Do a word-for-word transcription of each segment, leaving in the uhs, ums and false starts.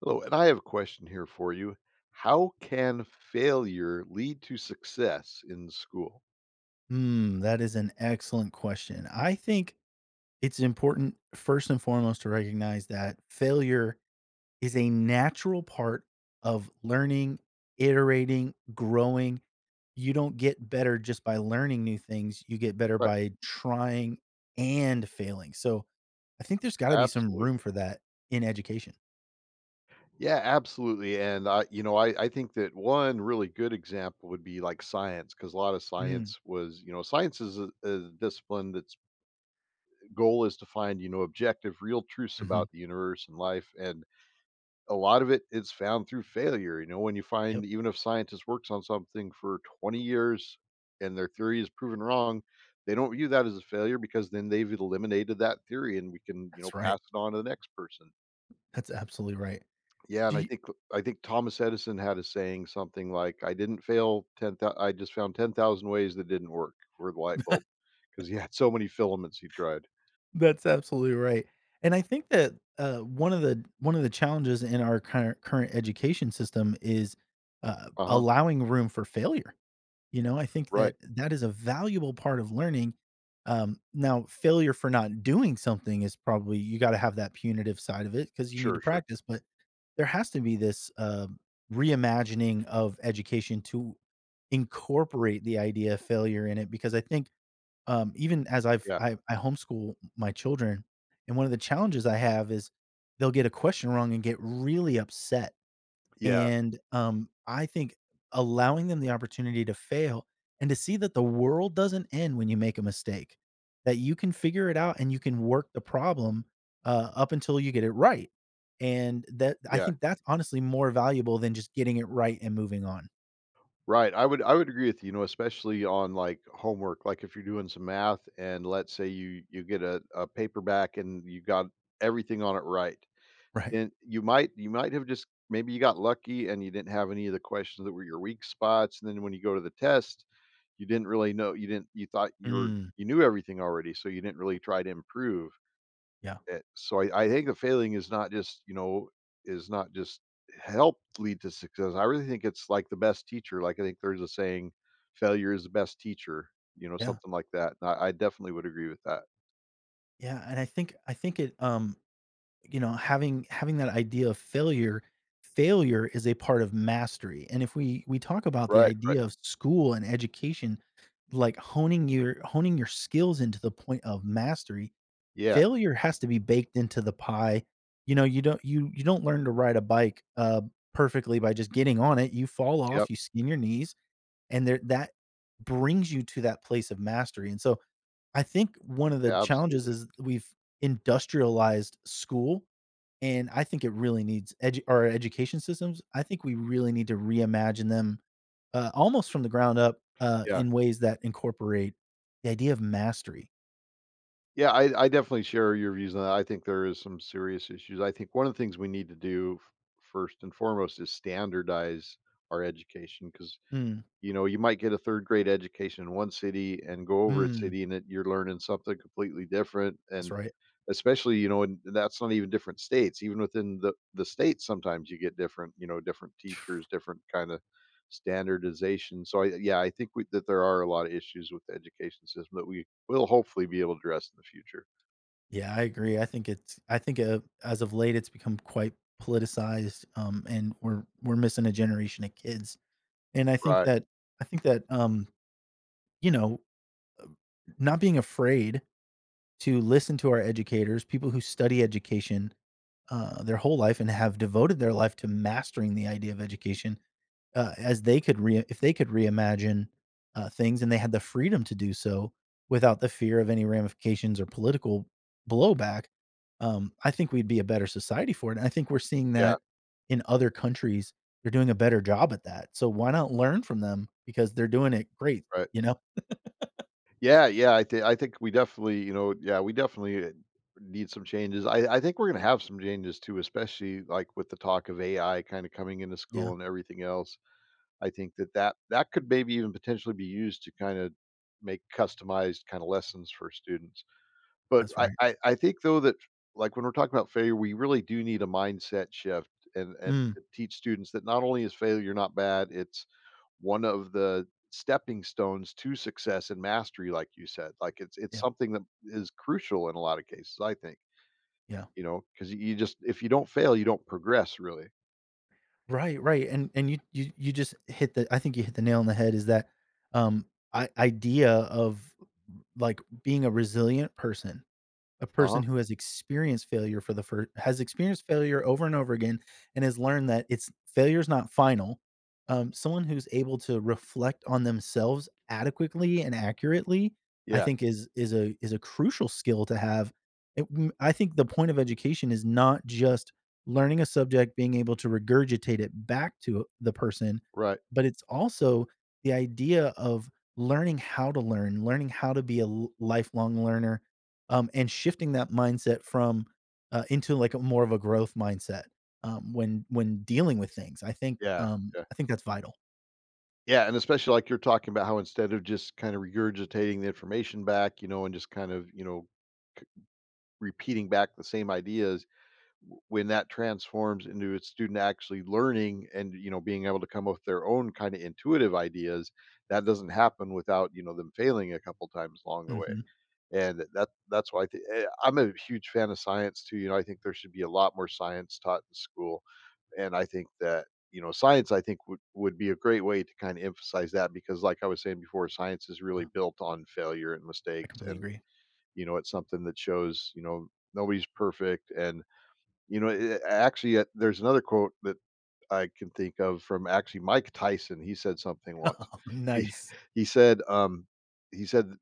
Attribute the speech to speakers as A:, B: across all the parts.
A: Hello, and I have a question here for you. How can failure lead to success in school?
B: Hmm, that is an excellent question. I think it's important, first and foremost, to recognize that failure is a natural part of learning, iterating, growing. You don't get better just by learning new things, you get better
A: Right.
B: by trying and failing. So I think there's got to be some room
A: Absolutely.
B: for that in education.
A: Yeah, absolutely. And I, you know, I, I think that one really good example would be like science, because a lot of
B: Mm,
A: science was, you know, science is a, a discipline that's goal is to find, you know, objective, real truths
B: mhm.
A: about the universe and life. And a lot of it is found through failure. You know, when you
B: Yep,
A: find even if scientists works on something for twenty years and their theory is proven wrong, they don't view that as a failure because then they've eliminated that theory and we can, you know,
B: that's right.
A: pass it on to the next person.
B: That's absolutely right.
A: Yeah, and I
B: Do
A: think I think Thomas Edison had a saying something like, "I didn't fail ten thousand. I just found ten thousand ways that didn't work for the light bulb, because he had so many filaments he tried."
B: That's absolutely right, and I think that, uh, one of the one of the challenges in our current current education system is, uh,
A: Uh huh.
B: allowing room for failure, you know, I think
A: Right.
B: that that is a valuable part of learning. Um, now failure for not doing something is probably you gotta have that punitive side of it because you need to
A: Sure. Sure.
B: practice, but there has to be this, um, reimagining of education to incorporate the idea of failure in it because I think, um, even as I've
A: Yeah.
B: I I homeschool my children, and one of the challenges I have is they'll get a question wrong and get really upset,
A: Yeah.
B: and, um, I think allowing them the opportunity to fail and to see that the world doesn't end when you make a mistake, that you can figure it out and you can work the problem, uh, up until you get it right, and that I
A: Yeah.
B: think that's honestly more valuable than just getting it right and moving on.
A: Right, I would I would agree with you, you know, especially on, like, homework, like, if you're doing some math and let's say you you get a a paperback and you got everything on it right,
B: Right.
A: then you might you might have just maybe you got lucky and you didn't have any of the questions that were your weak spots, and then when you go to the test, you didn't really know you didn't you thought you were
B: Mm,
A: you knew everything already, so you didn't really try to improve.
B: yeah,
A: Eh, so I I think the failing is not just, you know is not just help lead to success. I really think it's like the best teacher, like, I think there's a saying, "Failure is the best teacher," you know,
B: yeah,
A: something like that, and I I definitely would agree with that.
B: yeah, and I think I think it, um you know, having having that idea of failure, failure is a part of mastery. And if we we talk about the
A: Right, right.
B: idea of school and education, like honing your honing your skills into the point of mastery,
A: Yeah,
B: failure has to be baked into the pie. You know, you don't you you don't learn to ride a bike uh perfectly by just getting on it. You fall
A: yep,
B: off, you skin your knees, and there that brings you to that place of mastery. And so I think one of the
A: yeah,
B: challenges
A: absolutely,
B: is we've industrialized school, and I think it really needs edu our education systems. I think we really need to reimagine them, uh, almost from the ground up, uh,
A: yeah.
B: in ways that incorporate the idea of mastery.
A: Yeah, I I definitely share your views on that. I think there is some serious issues. I think one of the things we need to do f first and foremost is standardize our education because.
B: Mm,
A: You know, you might get a third grade education in one city and go over a
B: mm,
A: city and it you're learning something completely different,
B: that's
A: and
B: right.
A: especially, you know, and that's not even different states, even within the the states, sometimes you get different, you know, different teachers, different kinda standardization, so I yeah, I think we that there are a lot of issues with the education system that we will hopefully be able to address in the future.
B: Yeah, I agree. I think it's I think, uh, as of late, it's become quite politicized, um, and we're we're missing a generation of kids. And I think
A: Right,
B: that I think that, um, you know, not being afraid to listen to our educators, people who study education, uh, their whole life and have devoted their life to mastering the idea of education, uh, as they could re- if they could reimagine, uh, things, and they had the freedom to do so without the fear of any ramifications or political blowback, um, I think we'd be a better society for it. And I think we're seeing
A: yeah,
B: that in other countries. They're doing a better job at that, so why not learn from them, because they're doing it great,
A: right.
B: you know?
A: Yeah, yeah, I think I think we definitely, you know, yeah, we definitely uh, need some changes. I, I think we're gonna have some changes too, especially like with the talk of A I kind of coming into school
B: Yeah
A: and everything else. I think that that that could maybe even potentially be used to kind of make customized kind of lessons for students. But
B: that's
A: I
B: right
A: I I think though that, like, when we're talking about failure, we really do need a mindset shift and and
B: mm,
A: to teach students that not only is failure not bad, it's one of the stepping stones to success and mastery, like you said. Like, it's it's
B: yeah
A: something that is crucial in a lot of cases, I think,
B: yeah
A: you know because you just if you don't fail, you don't progress really.
B: Right, right, and and you you you just hit the I think you hit the nail on the head is that, um, I idea of, like, being a resilient person, a person
A: Uh-huh.
B: who has experienced failure for the first has experienced failure over and over again and has learned that it's failure's not final. Um, someone who's able to reflect on themselves adequately and accurately, I
A: Yeah,
B: think is is a is a crucial skill to have. It m I think the point of education is not just learning a subject, being able to regurgitate it back to the person,
A: right.
B: but it's also the idea of learning how to learn, learning how to be a l lifelong learner, um, and shifting that mindset from uh, into like a more of a growth mindset, um, when when dealing with things. I think
A: Yeah,
B: um,
A: yeah.
B: I think that's vital.
A: Yeah, and especially like you're talking about how instead of just kind of regurgitating the information back, you know, and just kind of, you know repeating back the same ideas w- when that transforms into a student actually learning and you know being able to come up with their own kind of intuitive ideas that doesn't happen without you know them failing a couple times along the way
B: hmm
A: and that that's why I think I'm a huge fan of science too. You know, I think there should be a lot more science taught in school, and I think that you know science I think would would be a great way to kind of emphasize that because, like I was saying before, science is really built on failure and
B: I
A: mistakes
B: completely
A: and
B: agree.
A: you know, it's something that shows, you know, nobody's perfect. And, you know, it, actually, uh, there's another quote that I can think of from actually Mike Tyson. He said something once. He,
B: Nice.
A: he said, um, he said,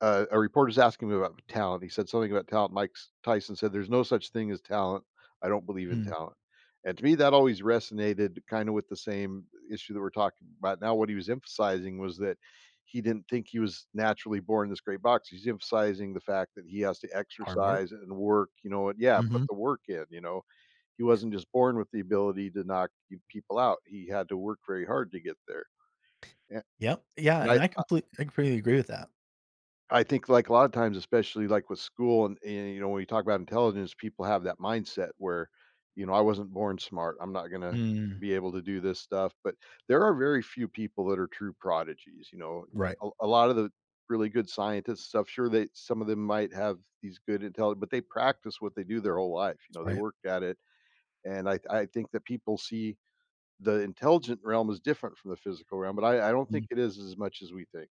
A: uh, a reporter's asking me about talent. He said something about talent. Mike S- Tyson said, "There's no such thing as talent. I don't believe in
B: Mm.
A: talent." And to me, that always resonated kind of with the same issue that we're talking about now. What he was emphasizing was that he didn't think he was naturally born this great boxer. He's emphasizing the fact that he has to
B: Hard work.
A: exercise and work, you know, and yeah, put
B: hmm
A: the work in, you know. He wasn't just born with the ability to knock people out. He had to work very hard to get there. A-
B: Yep. Yeah,
A: And
B: and
A: I,
B: I
A: uh,
B: complete I completely agree with that.
A: I think, like, a lot of times, especially, like, with school and and, you know, when you talk about intelligence, people have that mindset where, you know, "I wasn't born smart. I'm not gonna
B: Mm.
A: be able to do this stuff," but there are very few people that are true prodigies, you know?
B: Right.
A: A a lot of the really good scientists and stuff, sure, they some of them might have these good intelligence, but they practice what they do their whole life, you know? They
B: Right.
A: worked at it, and I I think that people see the intelligent realm as different from the physical realm, but I I don't think it is as much as we think.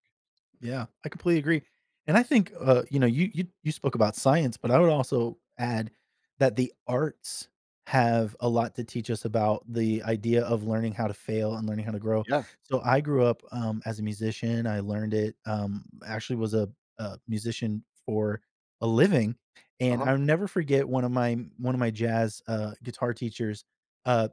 B: Yeah, I completely agree. And I think, uh, you know, you you you spoke about science, but I would also add that the arts have a lot to teach us about the idea of learning how to fail and learning how to grow.
A: Yeah.
B: So I grew up um, as a musician. I learned it. Um, actually, was a, a musician for a living, and
A: Uh-huh.
B: I'll never forget one of my one of my jazz uh, guitar teachers. Uh,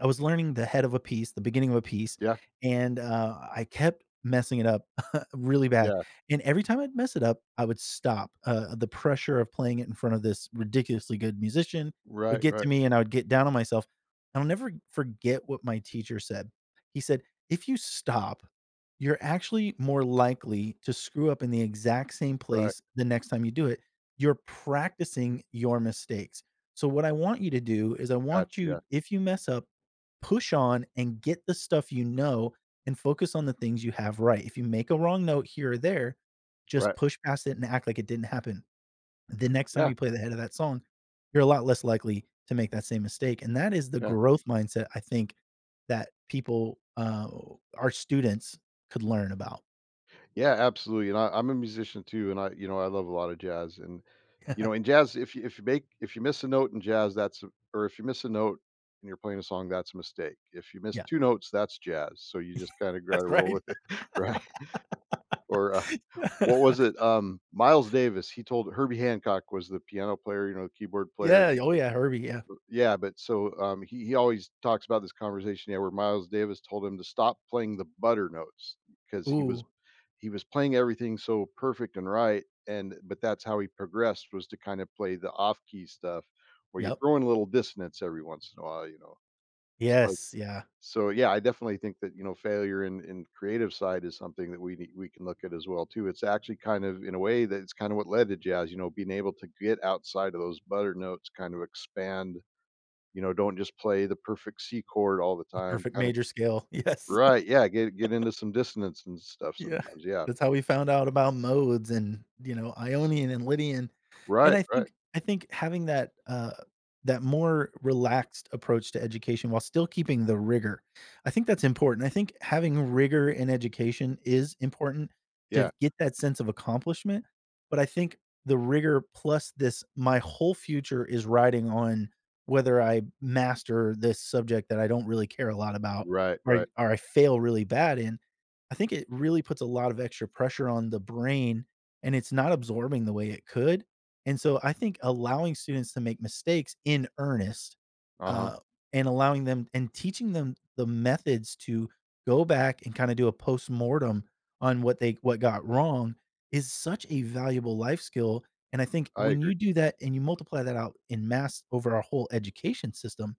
B: I was learning the head of a piece, the beginning of a piece,
A: Yeah.
B: and, uh, I kept messing it up really bad,
A: Yeah.
B: and every time I'd mess it up, I would stop, uh, the pressure of playing it in front of this ridiculously good musician would
A: Right,
B: get
A: right.
B: to me, and I would get down on myself. I'll never forget what my teacher said. He said, "If you stop, you're actually more likely to screw up in the exact same
A: Right.
B: place the next time you do it. You're practicing your mistakes. So, what I want you to do is, I
A: Gotcha,
B: want you,
A: yeah.
B: if you mess up, push on and get the stuff you know and focus on the things you have right. If you make a wrong note here or there, just
A: Right.
B: push past it and act like it didn't happen. The next time
A: Yeah,
B: you play the head of that song, you're a lot less likely to make that same mistake," and that is the
A: yeah.
B: growth mindset I think that people, uh, our students could learn about.
A: Yeah, absolutely, and I I'm a musician too, and I you know, I love a lot of jazz, and, you know, in jazz, if you if you make if you miss a note in jazz, that's a or if you miss a note and you're playing a song, that's a mistake. If you miss
B: Yeah,
A: two notes, that's jazz, so you just kinda gotta
B: that's
A: roll
B: right.
A: with it, right? Or, uh, what was it? Um, Miles Davis, he told Herbie Hancock was the piano player, you know, the keyboard player.
B: Yeah, oh yeah, Herbie, yeah.
A: Yeah, but so, um, he he always talks about this conversation, yeah, where Miles Davis told him to stop playing the butter notes because he was
B: Ooh,
A: he was playing everything so perfect and right, and but that's how he progressed was to kind of play the off key stuff where you
B: yep.
A: throw in a little dissonance every once in a while, you know. So like,
B: Yes, yeah.
A: so yeah, I definitely think that, you know, failure in in creative side is something that we need we can look at as well too. It's actually kind of in a way that it's kind of what led to jazz, you know, being able to get outside of those butter notes, kind of expand you know, don't just play the perfect C chord all the
B: The
A: time,
B: perfect
A: kinda.
B: major scale, yes.
A: Right, yeah, get get into some dissonance and stuff
B: Yeah.
A: sometimes, yeah.
B: That's how we found out about modes and, you know, Ionian and Lydian. And
A: Right,
B: I
A: right,
B: think I think having that, uh, that more relaxed approach to education while still keeping the rigor, I think that's important. I think having rigor in education is important
A: yeah.
B: to get that sense of accomplishment, but I think the rigor plus this my whole future is riding on whether I master this subject that I don't really care a lot about
A: Right,
B: or I
A: right,
B: or I fail really bad in, I think it really puts a lot of extra pressure on the brain, and it's not absorbing the way it could. And so I think allowing students to make mistakes in earnest,
A: uh-huh,
B: uh, and allowing them and teaching them the methods to go back and kinda do a postmortem on what they what got wrong is such a valuable life skill, and I think
A: I
B: when
A: agree.
B: you do that and you multiply that out in mass over our whole education system,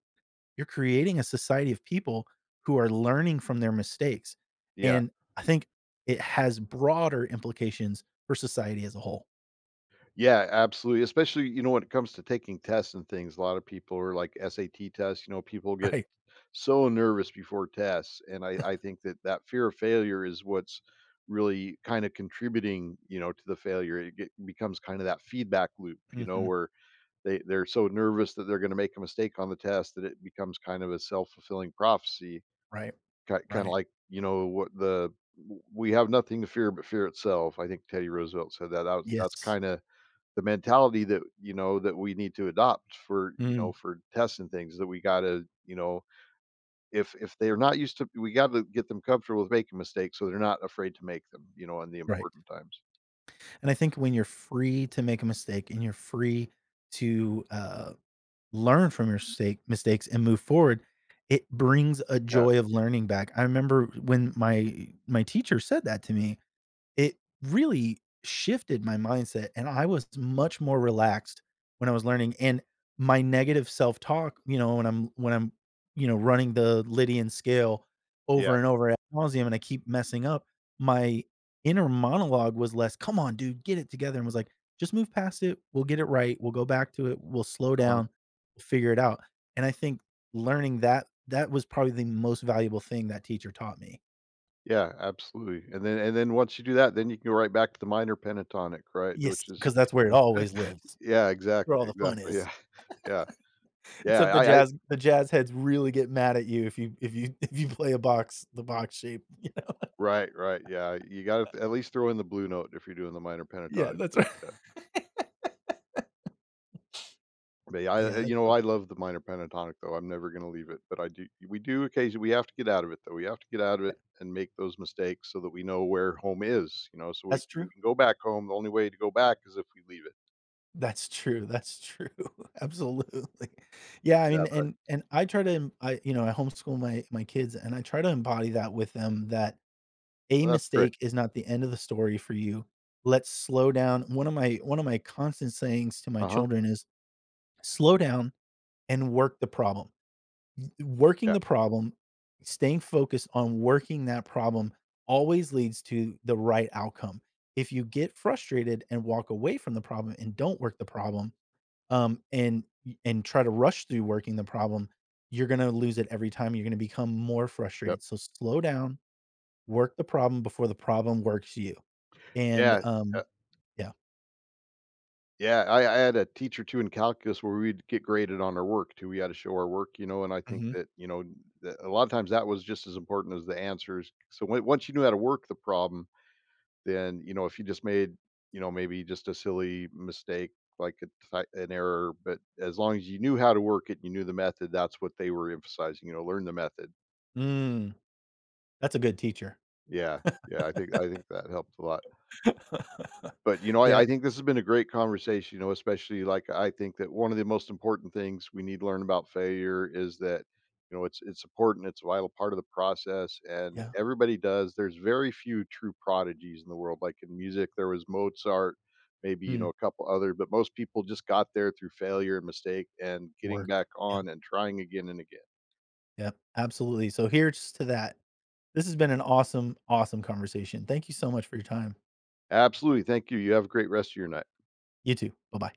B: you're creating a society of people who are learning from their mistakes.
A: Yeah,
B: And I think it has broader implications for society as a whole.
A: yeah, absolutely, especially, you know, when it comes to taking tests and things, a lot of people are like S A T tests, you know, people get
B: Right.
A: so nervous before tests, and I I think that that fear of failure is what's really kinda contributing, you know, to the failure, it get becomes kinda that feedback loop, you know,
B: Mhm.
A: where they they're so nervous that they're going to make a mistake on the test that it becomes kind of a self-fulfilling prophecy
B: Right.
A: kind of
B: Right.
A: like, you know what, the we have nothing to fear but fear itself. I think Teddy Roosevelt said that, that was, that's
B: Yes.
A: kind of the mentality that you know that we need to adopt for you know
B: Mm,
A: for testing things that we got to you know if if they're not used to we got to get them comfortable with making mistakes so they're not afraid to make them you know in the
B: right.
A: important times.
B: And I think when you're free to make a mistake and you're free to, uh, learn from your mistake, mistakes and move forward, it brings a
A: Yeah.
B: joy of learning back. I remember when my my teacher said that to me, it really shifted my mindset, and I was much more relaxed when I was learning, and my negative self-talk, you know, when I'm when I'm, you know, running the Lydian scale over
A: Yeah.
B: and over at nauseum, and I keep messing up, my inner monologue was less, "Come on, dude, get it together," and was like, "Just move past it, we'll get it right, we'll go back to it, we'll slow
A: Uh-huh.
B: down, we'll figure it out," and I think learning that, that was probably the most valuable thing that teacher taught me.
A: Yeah, absolutely, and then and then once you do that, then you can go right back to the minor pentatonic, right?
B: Yes,
A: Which is
B: because that's where it always lives.
A: Yeah,
B: Where all
A: exactly,
B: the fun
A: exactly,
B: is.
A: yeah, yeah, yeah,
B: Except the
A: I I
B: jazz the jazz heads really get mad at you if you if you if you play a box the box shape, you
A: right, right, yeah, you gotta th- at least throw in the blue note if you're doing the minor
B: Yeah,
A: pentatonic for
B: that's
A: that,
B: right.
A: yeah. But yeah,
B: Yeah,
A: I you
B: that's
A: know,
B: so
A: I love the minor pentatonic though, I'm never gonna leave it, but I do we do occasionally we have to get out of it though, we have to get out of
B: yeah,
A: it and make those mistakes so that we know where home is, you know, so we
B: that's true.
A: we can go back home, the only way to go back is if we leave it.
B: That's true, that's true. Absolutely. Yeah, I
A: Yeah,
B: mean,
A: but
B: and
A: I
B: and I try to em I you know, I homeschool my my kids, and I try to embody that with them that a
A: well, that's great.
B: mistake is not the end of the story for you. Let's slow down. One of my one of my constant sayings to my
A: Uh-huh,
B: children is, "Slow down and work the problem." Working
A: yeah,
B: the problem, staying focused on working that problem always leads to the right outcome. If you get frustrated and walk away from the problem and don't work the problem, um, and and try to rush through working the problem, you're gonna lose it every time, you're gonna become more
A: yep,
B: frustrated. So slow down, work the problem before the problem works you, and,
A: yeah, yeah.
B: um yeah.
A: Yeah, I I had a teacher too in calculus where we'd get graded on our work too. We had to show our work, you know, and I think
B: Mhm.
A: that, you know, that a lot of times that was just as important as the answers. So when, once you knew how to work the problem, then, you know, if you just made, you know, maybe just a silly mistake, like a ty- an error, but as long as you knew how to work it, you knew the method, that's what they were emphasizing, you know, learn the method.
B: Mm, that's a good teacher.
A: Yeah. Yeah. I think, I think that helped a lot. But, you know, I
B: Yeah,
A: I think this has been a great conversation, you know, especially, like, I think that one of the most important things we need to learn about failure is that, you know, it's it's important, it's a vital part of the process, and
B: yeah.
A: everybody does. There's very few true prodigies in the world. Like, in music, there was Mozart, maybe, you
B: Mm,
A: know, a couple other, but most people just got there through failure and mistake and getting back
B: work. Yeah,
A: on and trying again and again.
B: yeah, absolutely. So here's to that. This has been an awesome, awesome conversation. Thank you so much for your time.
A: Absolutely, thank you. You have a great rest of your night.
B: You too. Bye bye.